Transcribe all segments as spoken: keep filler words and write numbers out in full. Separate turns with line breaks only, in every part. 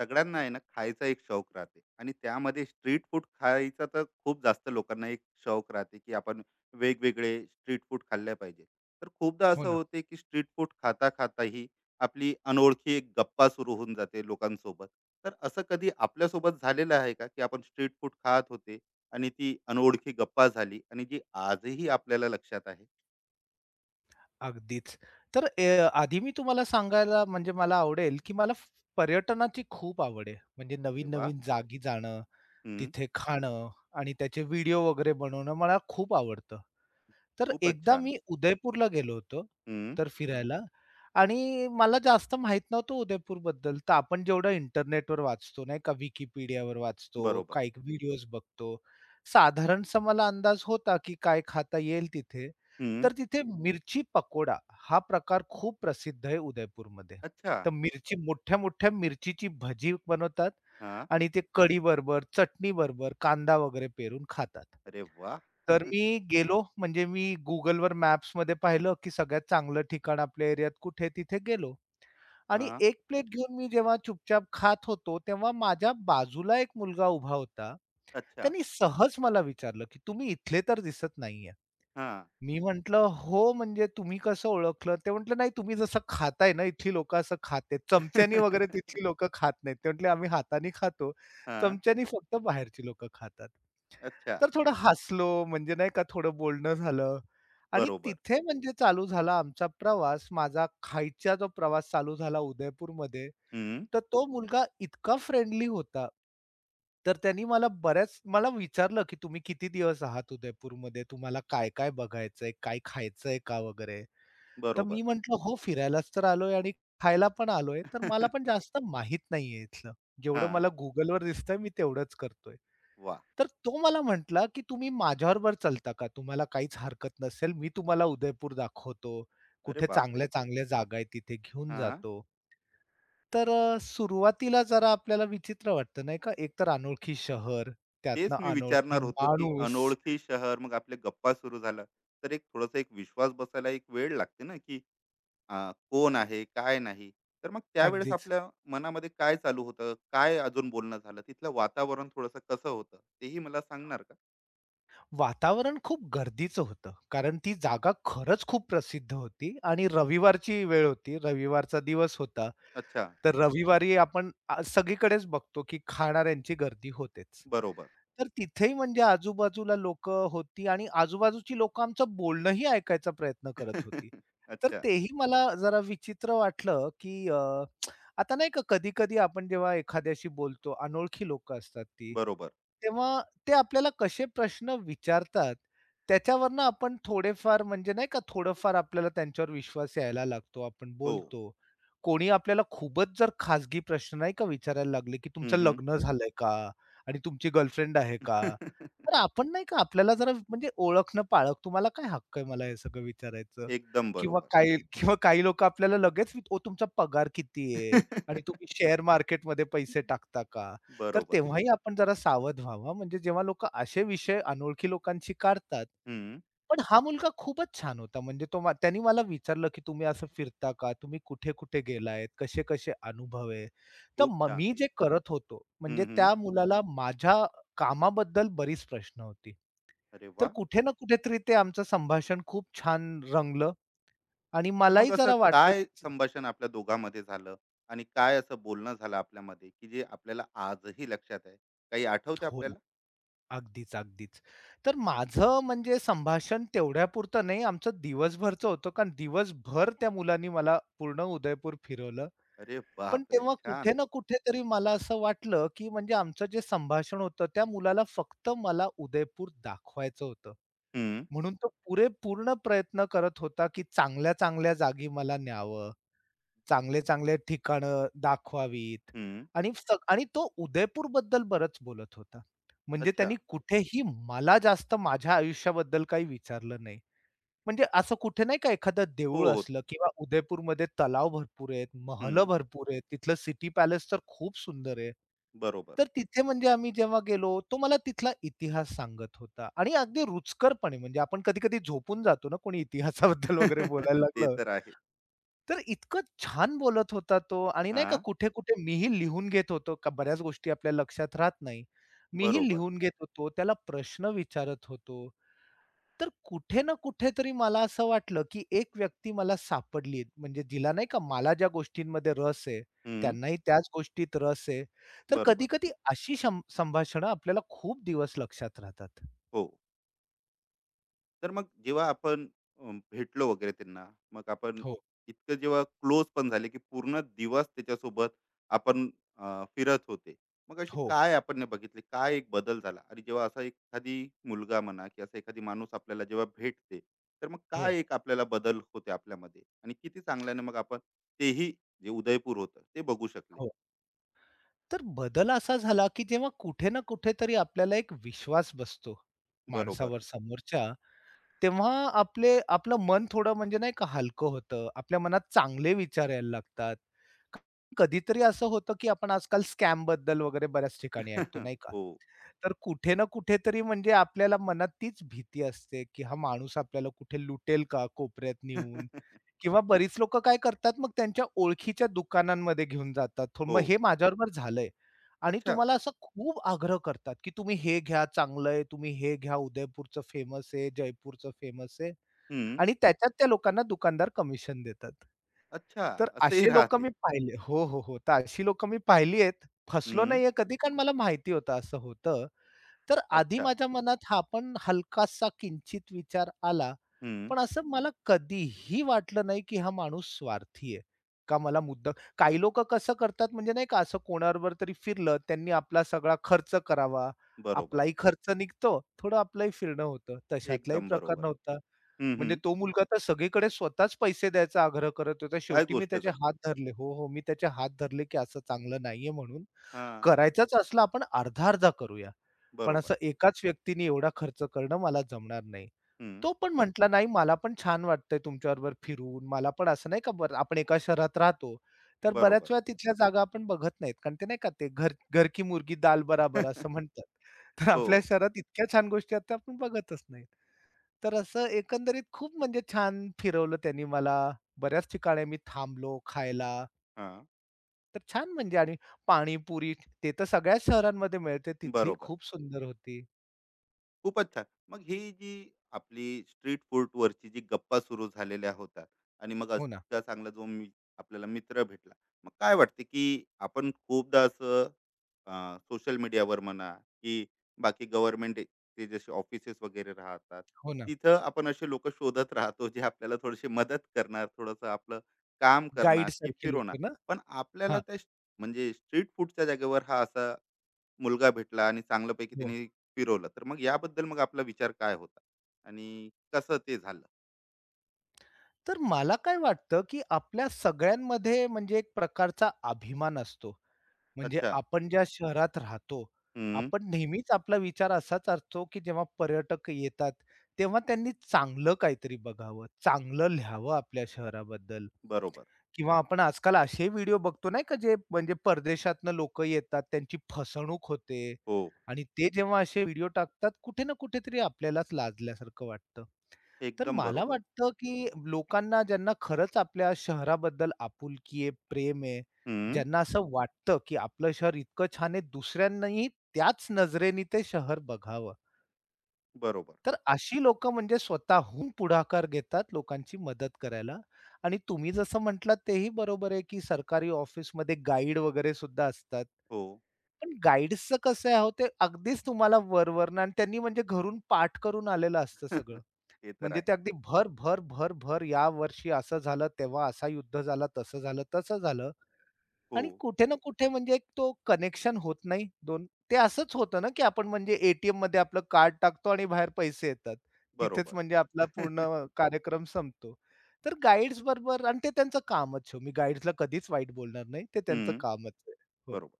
सगळ्यांना आहे ना खायचा एक शौक राहते आणि त्यामध्ये स्ट्रीट फूड खायचा तर खूप जास्त लोकांना एक शौक राहते की आपण वेगवेगळे स्ट्रीट फूड खाल्ले पाहिजे. तर खूपदा
हो
असं
ना,
होते की स्ट्रीट फूड खाता खाताही आपली अनोळखी एक गप्पा सुरू होऊन जाते लोकांसोबत. तर असं कधी आपल्यासोबत झालेलं आहे का की आपण स्ट्रीट फूड खात होते आणि ती अनोळखी गप्पा झाली आणि जी आजही आपल्याला लक्षात आहे.
अगदीच. तर ए आधी मी तुम्हाला सांगायला म्हणजे मला आवडेल, की मला फ पर्यटनाची खूप आवड आहे. म्हणजे
अरे वा.
नवीन-नवीन जागी जाणं,
हम्म.
तिथे खाणं आणि त्याचे व्हिडिओ वगैरे बनवणं मला खूप आवडतं. तर
खूपच
एकदा
छान.
मी उदयपूरला गेलो होतो,
हम्म.
तर हं. फिरायला आणि मला जास्त माहीत नव्हतं उदयपूरबद्दल. तर आपण जेवढं इंटरनेटवर वाचतो नाही का, Wikipediaवर वाचतो,
बरोबर.
काही व्हिडिओज बघतो. साधारणसा मला अंदाज होता, की काय खाता येईल तिथे.
हम्म.
तर तिथे मिरची पकोडा हा प्रकार खूप प्रसिद्ध आहे उदयपूरमध्ये.
अच्छा.
तर मिरची मोठ्या-मोठ्या मिरचीची भजी बनवतात
हा.
आणि ते कढीबरोबर, चटणीबरोबर, कांदा वगैरे पेरून खातात.
अरे वा.
तर मी गेलो म्हणजे मी Googleवर मॅप्समध्ये पाहिलं, की सगळ्यात चांगलं ठिकाण आपल्या एरियात कुठे आहे तिथे गेलो आणि
हा.
एक प्लेट घेऊन मी जेव्हा चुपचाप खात होतो, तेव्हा माझ्या बाजूला एक मुलगा उभा होता.
अच्छा.
त्यांनी सहज मला विचारलं, की "तुम्ही इथले तर दिसत नाहीये."
हां.
मी म्हटलं, "हो, म्हणजे तुम्ही कसं ओळखलं?" ते म्हटले, "नाही, तुम्ही जसं खाताय ना, इथली लोकं असं खाते.
हां.
चमच्यानी वगैरे तिथली लोकं खात नाहीत." ते म्हटले, "आम्ही हाताने खातो. चमच्यानी फक्त बाहेरची लोकं खातात."
अच्छा.
तर थोडं हसलो, म्हणजे नाही का थोडं बोलणं झालं आणि
बरोबर.
तिथे म्हणजे चालू झाला आमचा प्रवास. माझा खायचा जो प्रवास चालू झाला उदयपूरमध्ये.
हं.
तर तो मुलगा इतका फ्रेंडली होता. तर त्यांनी मला बऱ्याच मला विचारलं, की "तुम्ही किती दिवस आहात उदयपूरमध्ये? तुम्हाला काय-काय बघायचंय? काय खायचंय का वगैरे?" तर
बरोबर.
मी म्हटलं, "हो, फिरायलाच तर आलोय आणि खायला पण आलोय. तर मला पण जास्त माहित नाहीये इथलं. जेवढं
हां.
मला Googleवर दिसतंय मी तेवढंच करतोय."
वाह!
तर तो मला म्हटला, "की तुम्ही माझ्याबरोबर चलता का? तुम्हाला काहीच हरकत नसेल. मी तुम्हाला उदयपूर दाखवतो.
अरे
कुठे
बापरे!
चांगल्या-चांगल्या जागा आहेत तिथे घेऊन
हां.
जातो." तर अ, सुरुवातीला जरा आपल्याला विचित्र वाटतं नाही का? एकतर अनोळखी शहर,
तेच
त्यातनं
मी
अनोळखी
विचारणार होतो, की
माणूस.
अनोळखी शहर मग आपले गप्पा सुरू झाल्या, तर एक थोडासा एक विश्वास बसायला एक वेळ लागते ना, की अ, कोण आहे, काय नाही. तर मग त्यावेळेस
अगदीच.
आपल्या मनामध्ये काय चालू होतं? काय अजून बोलणं झालं? तिथलं वातावरण थोडंसं कसं होतं? तेही मला सांगणार का?
वातावरण खूप गर्दीचं होतं. कारण ती जागा खरंच खूप प्रसिद्ध होती आणि रविवारची वेळ होती. रविवारचा दिवस होता.
अच्छा.
तर रविवारी आपण अ, सगळीकडेच बघतो, की खाणाऱ्यांची गर्दी होतेच.
बरोबर.
तर तिथेही म्हणजे आजूबाजूला लोकं होती आणि आजूबाजूची लोकं आमचं बोलणंही ऐकायचा प्रयत्न करत होती. तर
अच्छा.
तेही मला जरा विचित्र वाटलं, की अ, आता नाही का कधी-कधी आपण जेव्हा एखाद्याशी बोलतो, अनोळखी लोकं असतात ती,
बरोबर.
तेव्हा ते आपल्याला कसे प्रश्न विचारतात, त्याच्यावरनं आपण थोडेफार म्हणजे नाही का थोडंफार आपल्याला त्यांच्यावर विश्वास यायला लागतो, आपण
हो.
बोलतो. कोणी आपल्याला खूपच जर खाजगी प्रश्न नाही का विचारायला लागले, की तुमचं
हं,
लग्न झालंय का? आणि तुमची गर्लफ्रेंड आहे का? तर आपण नाही का आपल्याला जरा म्हणजे ओळखणं-पाळख तुम्हाला काय हक्क आहे मला हे सगळं विचारायचं?
एकदम
किंवा
बरोबर.
काही किंवा काही लोकं आपल्याला लगेच "अहो, तुमचा पगार किती आहे? आणि तुम्ही शेअर मार्केटमध्ये पैसे टाकता का?" तर
बरोबर.
तेव्हाही आपण जरा सावध व्हावं. म्हणजे जेव्हा लोकं असे विषय अनोळखी लोकांशी काढतात.
हं.
पण हा मुलगा खूपच छान होता. म्हणजे तो मा त्यानी मला विचारलं, की "तुम्ही असं फिरता का? तुम्ही कुठे-कुठे गेलायत? कसे-कसे अनुभव आहे?" तर
खूप
मग
छान.
मी जे करत होतो,
हं,
म्हणजे
हं.
त्या मुलाला माझ्या कामाबद्दल बरीच प्रश्न होती.
अरे
तर
वाह!
कुठे ना कुठेतरी ते आमचं संभाषण खूप छान रंगलं आणि
तर मग
मलाही
असं
जरा वाटलं,
काय
की
संभाषण आपल्या दोघांमध्ये झालं आणि काय असं बोलणं झालं आपल्यामध्ये, की जे आपल्याला आजही लक्षात आहे? काही आठवतंय
हो ना.
आपल्याला?
अगदीच, अगदीच. तर माझं म्हणजे संभाषण तेवढ्यापुरतं नाही, आमचं दिवसभरचं होतं. कारण दिवसभर त्या मुलांनी मला पूर्ण उदयपूर फिरवलं.
अरे
पण
बापरे!
तेव्हा कुठे
छान.
ना कुठेतरी मला असं वाटलं, की म्हणजे आमचं जे संभाषण होतं, त्या मुलाला फक्त मला उदयपूर दाखवायचं होतं.
हं,
म्हणून तो पुरे पूर्ण प्रयत्न करत होता, की चांगल्या-चांगल्या जागी मला न्यावं. चांगले-चांगले ठिकाणं दाखवावीत
हं.
आणि सग आणि तो उदयपूरबद्दल बरंच बोलत होता. म्हणजे त्यांनी
अच्छा.
कुठेही मला जास्त माझ्या आयुष्याबद्दल काही विचारलं नाही. म्हणजे असं कुठे नाही का एखादं देऊळ
हो, हो.
असलं किंवा उदयपूरमध्ये तलाव भरपूर आहेत, महलं
हं.
भरपूर आहेत, तिथलं सिटी पॅलेस तर खूप सुंदर आहे.
बरोबर.
तर तिथे म्हणजे आम्ही जेव्हा गेलो, तो मला तिथला इतिहास सांगत होता आणि अगदी रुचकरपणे म्हणजे आपण कधी-कधी झोपून जातो ना कोणी इतिहासाबद्दल वगैरे बोलायला
ते
लागलं
तर आहे.
तर इतकं छान बोलत होता तो आणि नाही का
हां.
कुठे-कुठे मीही लिहून घेत होतो, का बऱ्याच गोष्टी आपल्या लक्षात राहत नाही. मीही
बरोबर.
लिहून घेत होतो, त्याला प्रश्न विचारत होतो. तर कुठे ना कुठेतरी मला असं वाटलं, की एक व्यक्ती मला सापडली म्हणजे जिला नाही का मला ज्या गोष्टींमध्ये रस आहे,
हं.
त्यांनाही त्याच गोष्टीत रस आहे. तर
बरोबर.
कधी-कधी अशी शं संभाषणं आपल्याला खूप दिवस लक्षात राहतात.
हो. तर मग जेव्हा आपण अम, भेटलो वगैरे त्यांना, मग आपण
हो,
इतकं जेव्हा क्लोज पण झाले की पूर्ण दिवस त्याच्यासोबत आपण अ, फिरत होते, मग अशी
हो,
काय आपण बघितले काय एक बदल झाला आणि जेव्हा असा एखादी मुलगा म्हणा की असा एखादी माणूस आपल्याला जेव्हा भेटते, तर मग
हो.
काय एक आपल्याला बदल होते आपल्यामध्ये आणि किती चांगल्याने मग आपण तेही जे उदयपूर होतं ते बघू शकले.
हो तर बदल असा झाला, की जेव्हा कुठे ना कुठेतरी आपल्याला एक विश्वास बसतो
बरोबर.
माणसावर समोरच्या, तेव्हा आपले आपलं मन थोडं म्हणजे नाही का हलकं होतं. आपल्या मनात चांगले विचार यायला लागतात. क- कधीतरी असं होतं, की आपण आजकाल स्कॅमबद्दल वगैरे बऱ्याच ठिकाणी ऐकतो, नाही का?
हो.
तर कुठे ना कुठेतरी म्हणजे आपल्याला मनात तीच भीती असते, की हा माणूस आपल्याला कुठे लुटेल का कोपऱ्यात नेऊन? किंवा बरीच लोकं काय करतात मग त्यांच्या ओळखीच्या दुकानांमध्ये घेऊन जातात. थो
हो.
मग हे माझ्याबरोबर झालंय आणि
अच्छा.
तुम्हाला असं खूप आग्रह करतात, की तुम्ही हे घ्या चांगलं आहे, तुम्ही हे घ्या उदयपूरचं फेमस आहे, जयपूरचं फेमस आहे
हम्म.
आणि त्याच्यात त्या लोकांना दुकानदार कमिशन देतात.
अच्छा.
तर
असंही
असे लोकं
राहते.
मी पाहिले हो, हो, हो. तर अशी लोकं मी पाहिली आहेत. फसलो
हम्म.
नाहीये कधी कारण मला माहिती होतं असं होतं. तर आधी
अच्छा.
माझ्या मनात हा पण हलकासा किंचित विचार आला,
हं,
पण असं मला कधीही वाटलं नाही, की हा माणूस स्वार्थी आहे. का मला मुद्दा काही लोकं कसं करतात म्हणजे नाही का असं कोणाबरोबर तरी फिरलं, त्यांनी आपला सगळा खर्च करावा.
बरोबर.
आपलाही खर्च निघतो, थोडं आपलंही फिरणं होतं. तशातलाही
एकदम
प्रकार
बरोबर.
नव्हता.
हं,
म्हणजे
हं.
तो मुलगा तर सगळीकडे स्वतःच पैसे द्यायचा आग्रह करत होता.
काय
शेवटी मी
गोष्ट
त्याचे
करता?
हात धरले. हो, हो, मी त्याचे हात धरले, की असं चांगलं नाहीये म्हणून.
हां,
करायचाच असला आपण अर्धा-अर्धा करूया. पण
बरोबर.
असं एकाच व्यक्तीने एवढा खर्च करणं मला जमणार नाही.
हं,
तो पण म्हटला, "नाही मला पण छान वाटतंय तुमच्याबरोबर फिरून. मला पण असं नाही का बरं आपण एका शहरात राहतो, तर
बरोबर.
बऱ्याच वेळा तिथल्या जागा आपण बघत नाहीत." कारण ते नाही का ते घर घर की मुर्गी दाल बराबर असं म्हणतात. तर आपल्या
हो.
शहरात इतक्या छान गोष्टी आहेत, त्या आपण बघतच नाहीत. तर असं एकंदरीत खूप म्हणजे छान फिरवलं त्यांनी मला. बऱ्याच ठिकाणी आम्ही थांबलो खायला.
हां,
तर छान म्हणजे आणि पाणीपुरी ते तर सगळ्याच शहरांमध्ये मिळते. तिथली
बरोबर.
खूप सुंदर होती.
खूपच छान. मग ही जी आपली स्ट्रीट फूडवरची जी गप्पा सुरू झालेल्या होतात आणि मग
हो ना,
आजचा चांगला जो मी आपल्याला मित्र भेटला, मग काय वाटते की आपण खूपदा असं अ, सोशल मीडियावर म्हणा, की बाकी गव्हर्नमेंटचे जसे ऑफिसेस वगैरे राहतात,
हो ना.
तिथं आपण असे लोकं शोधत राहतो, जे आपल्याला थोडीशी मदत करणार, थोडंसं आपलं काम करणार, की
गाईडसारखी
फिरवणार.
लोकं ना?
पण आपल्याला
हां,
त्या श- म्हणजे स्ट्रीट फूडच्या जागेवर हा असा मुलगा भेटला आणि चांगल्यापैकी
हो.
त्यांनी फिरवलं. तर मग याबद्दल मग आपला विचार काय होता? आणि कसं ते झालं?
तर मला काय वाटतं, की आपल्या सगळ्यांमध्ये म्हणजे एक प्रकारचा अभिमान असतो. म्हणजे
अच्छा.
आपण ज्या शहरात राहतो,
हं.
आपण नेहमीच आपला विचार असाच असतो, की जेव्हा पर्यटक येतात, तेव्हा त्यांनी चांगलं काहीतरी बघावं, चांगलं लिहावं आपल्या शहराबद्दल
बरोबर.
किंवा आपण आजकाल असे व्हिडिओ बघतो नाही का, जे म्हणजे परदेशातनं लोकं येतात, त्यांची फसवणूक होते
हो.
आणि ते जेव्हा असे व्हिडिओ टाकतात, कुठे ना कुठेतरी आपल्यालाच लाजल्यासारखं वाटतं. तर
एकदम
मला
बरोबर.
वाटतं, की लोकांना ज्यांना खरंच आपल्या शहराबद्दल आपुलकी आहे, प्रेम आहे,
हं.
ज्यांना असं वाटतं, की आपलं शहर इतकं छान आहे, दुसऱ्यांनाही त्याच नजरेने ते शहर बघावं.
बरोबर.
तर अशी लोकं म्हणजे स्वतःहून पुढाकार घेतात लोकांची मदत करायला आणि तुम्ही जसं म्हटलात तेही बरोबर आहे, की सरकारी ऑफिसमध्ये गाईड वगैरे सुद्धा असतात.
हो.
पण गाईड्सचं कसं आहे अहो, ते अगदीच तुम्हाला वरवरनं आणि त्यांनी म्हणजे घरून पाठ करून आलेलं असतं सगळं.
ते तर
म्हणजे
आहे.
ते अगदी भर, भर, भर, भर या वर्षी असं झालं, तेव्हा असा युद्ध झाला, तसं झालं, तसं झालं
हो.
आणि कुठे ना कुठे म्हणजे एक तो कनेक्शन होत नाही. दोन ते असंच होतं ना, की आपण म्हणजे एटीएममध्ये आपलं कार्ड टाकतो आणि बाहेर पैसे येतात. तिथेच
बरोबर.
म्हणजे आपला पूर्ण कार्यक्रम संपतो. तर गाईड्स बरोबर आणि ते त्यांचं कामच हो. मी गाईड्सला कधीच वाईट बोलणार नाही. ते त्यांचं
हं.
कामच आहे. हो,
बरोबर.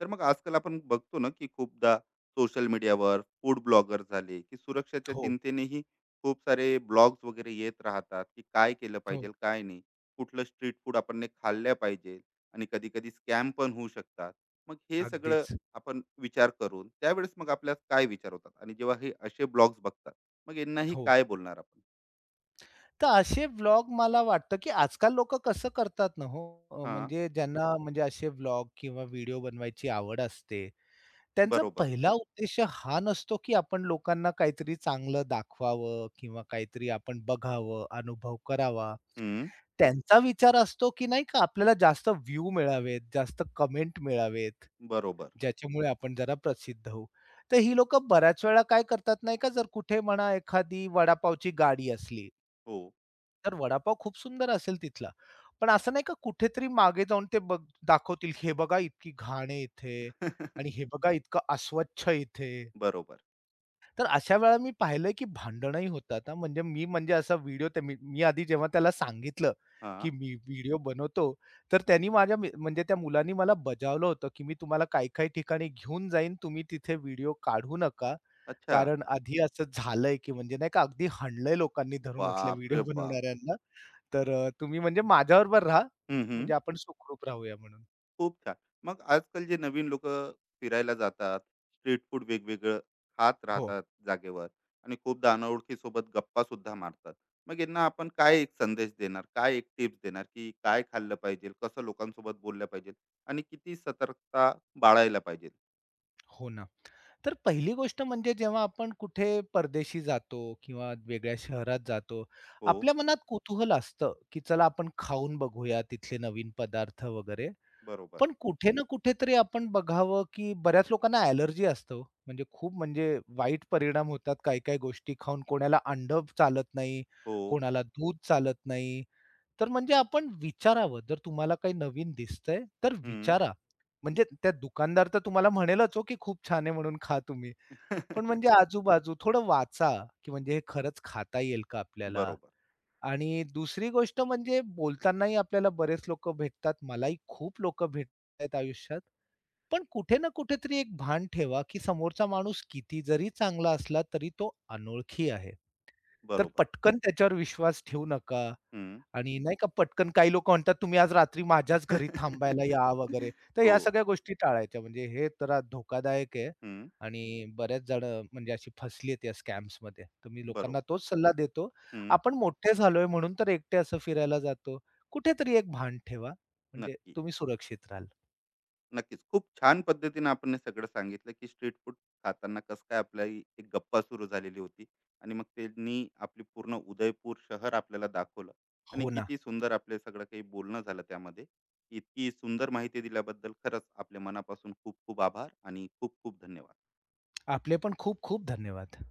तर मग आजकाल आपण बघतो ना की खूपदा सोशल मीडियावर फूड ब्लॉगर झाले की सुरक्षेच्या
हो,
चिंतेनेही खूप सारे ब्लॉग्स वगैरे येत राहतात की काय केलं पाहिजे
हो.
काय नाही, कुठलं स्ट्रीट फूड आपण ने खाल्ल्या पाहिजे आणि कधी कधी स्कॅम पण होऊ शकतात. मग हे सगळं
अगदीच.
आपण विचार करून त्यावेळेस मग आपल्यात काय विचार होतात आणि जेव्हा हे असे ब्लॉग्स बघतात, मग यांनाही
हो.
काय बोलणार आपण?
तर असे व्लॉग मला वाटतं, की आजकाल लोकं कसं करतात ना हो, अ,
हा.
म्हणजे ज्यांना म्हणजे असे व्लॉग किंवा व्हिडिओ बनवायची आवड असते, त्यांचा
बरोबर.
पहिला उद्देश हा नसतो, की आपण लोकांना काहीतरी चांगलं दाखवावं किंवा काहीतरी आपण बघावं, अनुभव करावा.
हम्म.
त्यांचा विचार असतो, की नाही का आपल्याला जास्त व्ह्यू मिळावेत, जास्त कमेंट मिळावेत,
बरोबर.
ज्याच्यामुळे आपण जरा प्रसिद्ध होऊ. तर ही लोकं बऱ्याच वेळा काय करतात नाही का, जर कुठे म्हणा एखादी वडापावची गाडी असली
हो.
तर वडापाव खूप सुंदर असेल तिथला. पण असं नाही का कुठेतरी मागे जाऊन ते बघ दाखवतील, की "हे बघा इतकी घाण आहे इथे आणि हे बघा इतकं अस्वच्छ इथे."
बरोबर.
तर अशा वेळा मी पाहिलंय की भांडणही होतात हां. म्हणजे मी म्हणजे असा व्हिडिओ ते मी मी आधी जेव्हा त्याला सांगितलं,
हा.
की मी व्हिडिओ बनवतो, तर त्यांनी माझ्या मी म्हणजे त्या मुलांनी मला बजावलं होतं, की "मी तुम्हाला काही-काही ठिकाणी घेऊन जाईन. तुम्ही तिथे व्हिडिओ काढू नका."
अच्छा.
कारण आधी असं झालंय, की म्हणजे नाही का अगदी हाणलंय लोकांनी धरून असल्या
बाप रे
व्हिडिओ
बाप.
बनवणाऱ्यांना. तर अ, तुम्ही म्हणजे माझ्याबरोबर राहा,
हम्म.
म्हणजे आपण सुखरूप राहूया म्हणून.
खूप छान. मग आजकाल जे नवीन लोक फिरायला जातात, स्ट्रीट फूड वेगवेगळं खात
हो,
राहतात जागेवर आणि खूपदा अनोळखीसोबत गप्पासुद्धा मारतात. मग यांना आपण काय एक संदेश देणार? काय एक टिप्स देणार, की काय खाल्लं पाहिजे? कसं लोकांसोबत बोललं पाहिजे? आणि किती सतर्कता बाळायला पाहिजे?
हो ना. तर पहिली गोष्ट म्हणजे जेव्हा आपण कुठे परदेशी जातो किंवा वेगळ्या शहरात जातो,
हो,
आपल्या मनात कुतूहल असतं, की चला आपण खाऊन बघूया तिथले नवीन पदार्थ वगैरे.
बरोबर.
पण कुठे ना कुठेतरी आपण बघावं, की बऱ्याच लोकांना ॲलर्जी असते हो. म्हणजे खूप म्हणजे वाईट परिणाम होतात काही-काही गोष्टी खाऊन. कोणाला अंडं चालत नाही,
हो.
कोणाला दूध चालत नाही. तर म्हणजे आपण विचारावं. जर तुम्हाला काही नवीन दिसतंय, तर
हं.
विचारा. म्हणजे त्या दुकानदार तर तुम्हाला म्हणेलच हो, की खूप छान आहे म्हणून खा तुम्ही. पण म्हणजे आजूबाजू थोडं वाचा, की म्हणजे हे खरंच खाता येईल का आपल्याला?
बरोबर,
आणि दुसरी गोष्ट म्हणजे बोलतानाही आपल्याला बरेच लोकं भेटतात. मलाही खूप लोकं भेटत आयुष्यात. पण कुठे ना कुठेतरी एक भान ठेवा, की समोरचा माणूस किती जरी चांगला असला, तरी तो अनोळखी आहे. तर
बरोबर.
पटकन त्याच्यावर विश्वास ठेवू नका
हं.
आणि नाही का पटकन काही लोक म्हणतात, "तुम्ही आज रात्री माझ्याच घरी थांबायला या" वगैरे. तर ह्या
हो.
सगळ्या गोष्टी टाळायच्या. म्हणजे हे जरा धोकादायक आहे
हं.
आणि बऱ्याच जणं म्हणजे अशी फसली आहेत या स्कॅम्समध्ये. तर मी लोकांना
बरोबर.
तोच सल्ला देतो.
हं.
आपण मोठे झालोय म्हणून तर एकटे असं फिरायला जातो. कुठेतरी एक भान ठेवा, म्हणजे
नक्की.
तुम्ही सुरक्षित राहाल.
नक्कीच. खूप छान पद्धतीने आपण हे सगळं सांगितलं, की स्ट्रीट फूड खाताना कसं काय आपली एक गप्पा सुरू झालेली होती आणि मग त्यांनी आपली पूर्ण उदयपूर शहर आपल्याला दाखवलं आणि
हो ना.
किती सुंदर आपले सगळं काही बोलणं झालं त्यामध्ये. इतकी सुंदर माहिती दिल्याबद्दल खरंच आपल्या मनापासून खूप खूप आभार आणि खूप खूप धन्यवाद.
आपले पण खूप खूप धन्यवाद.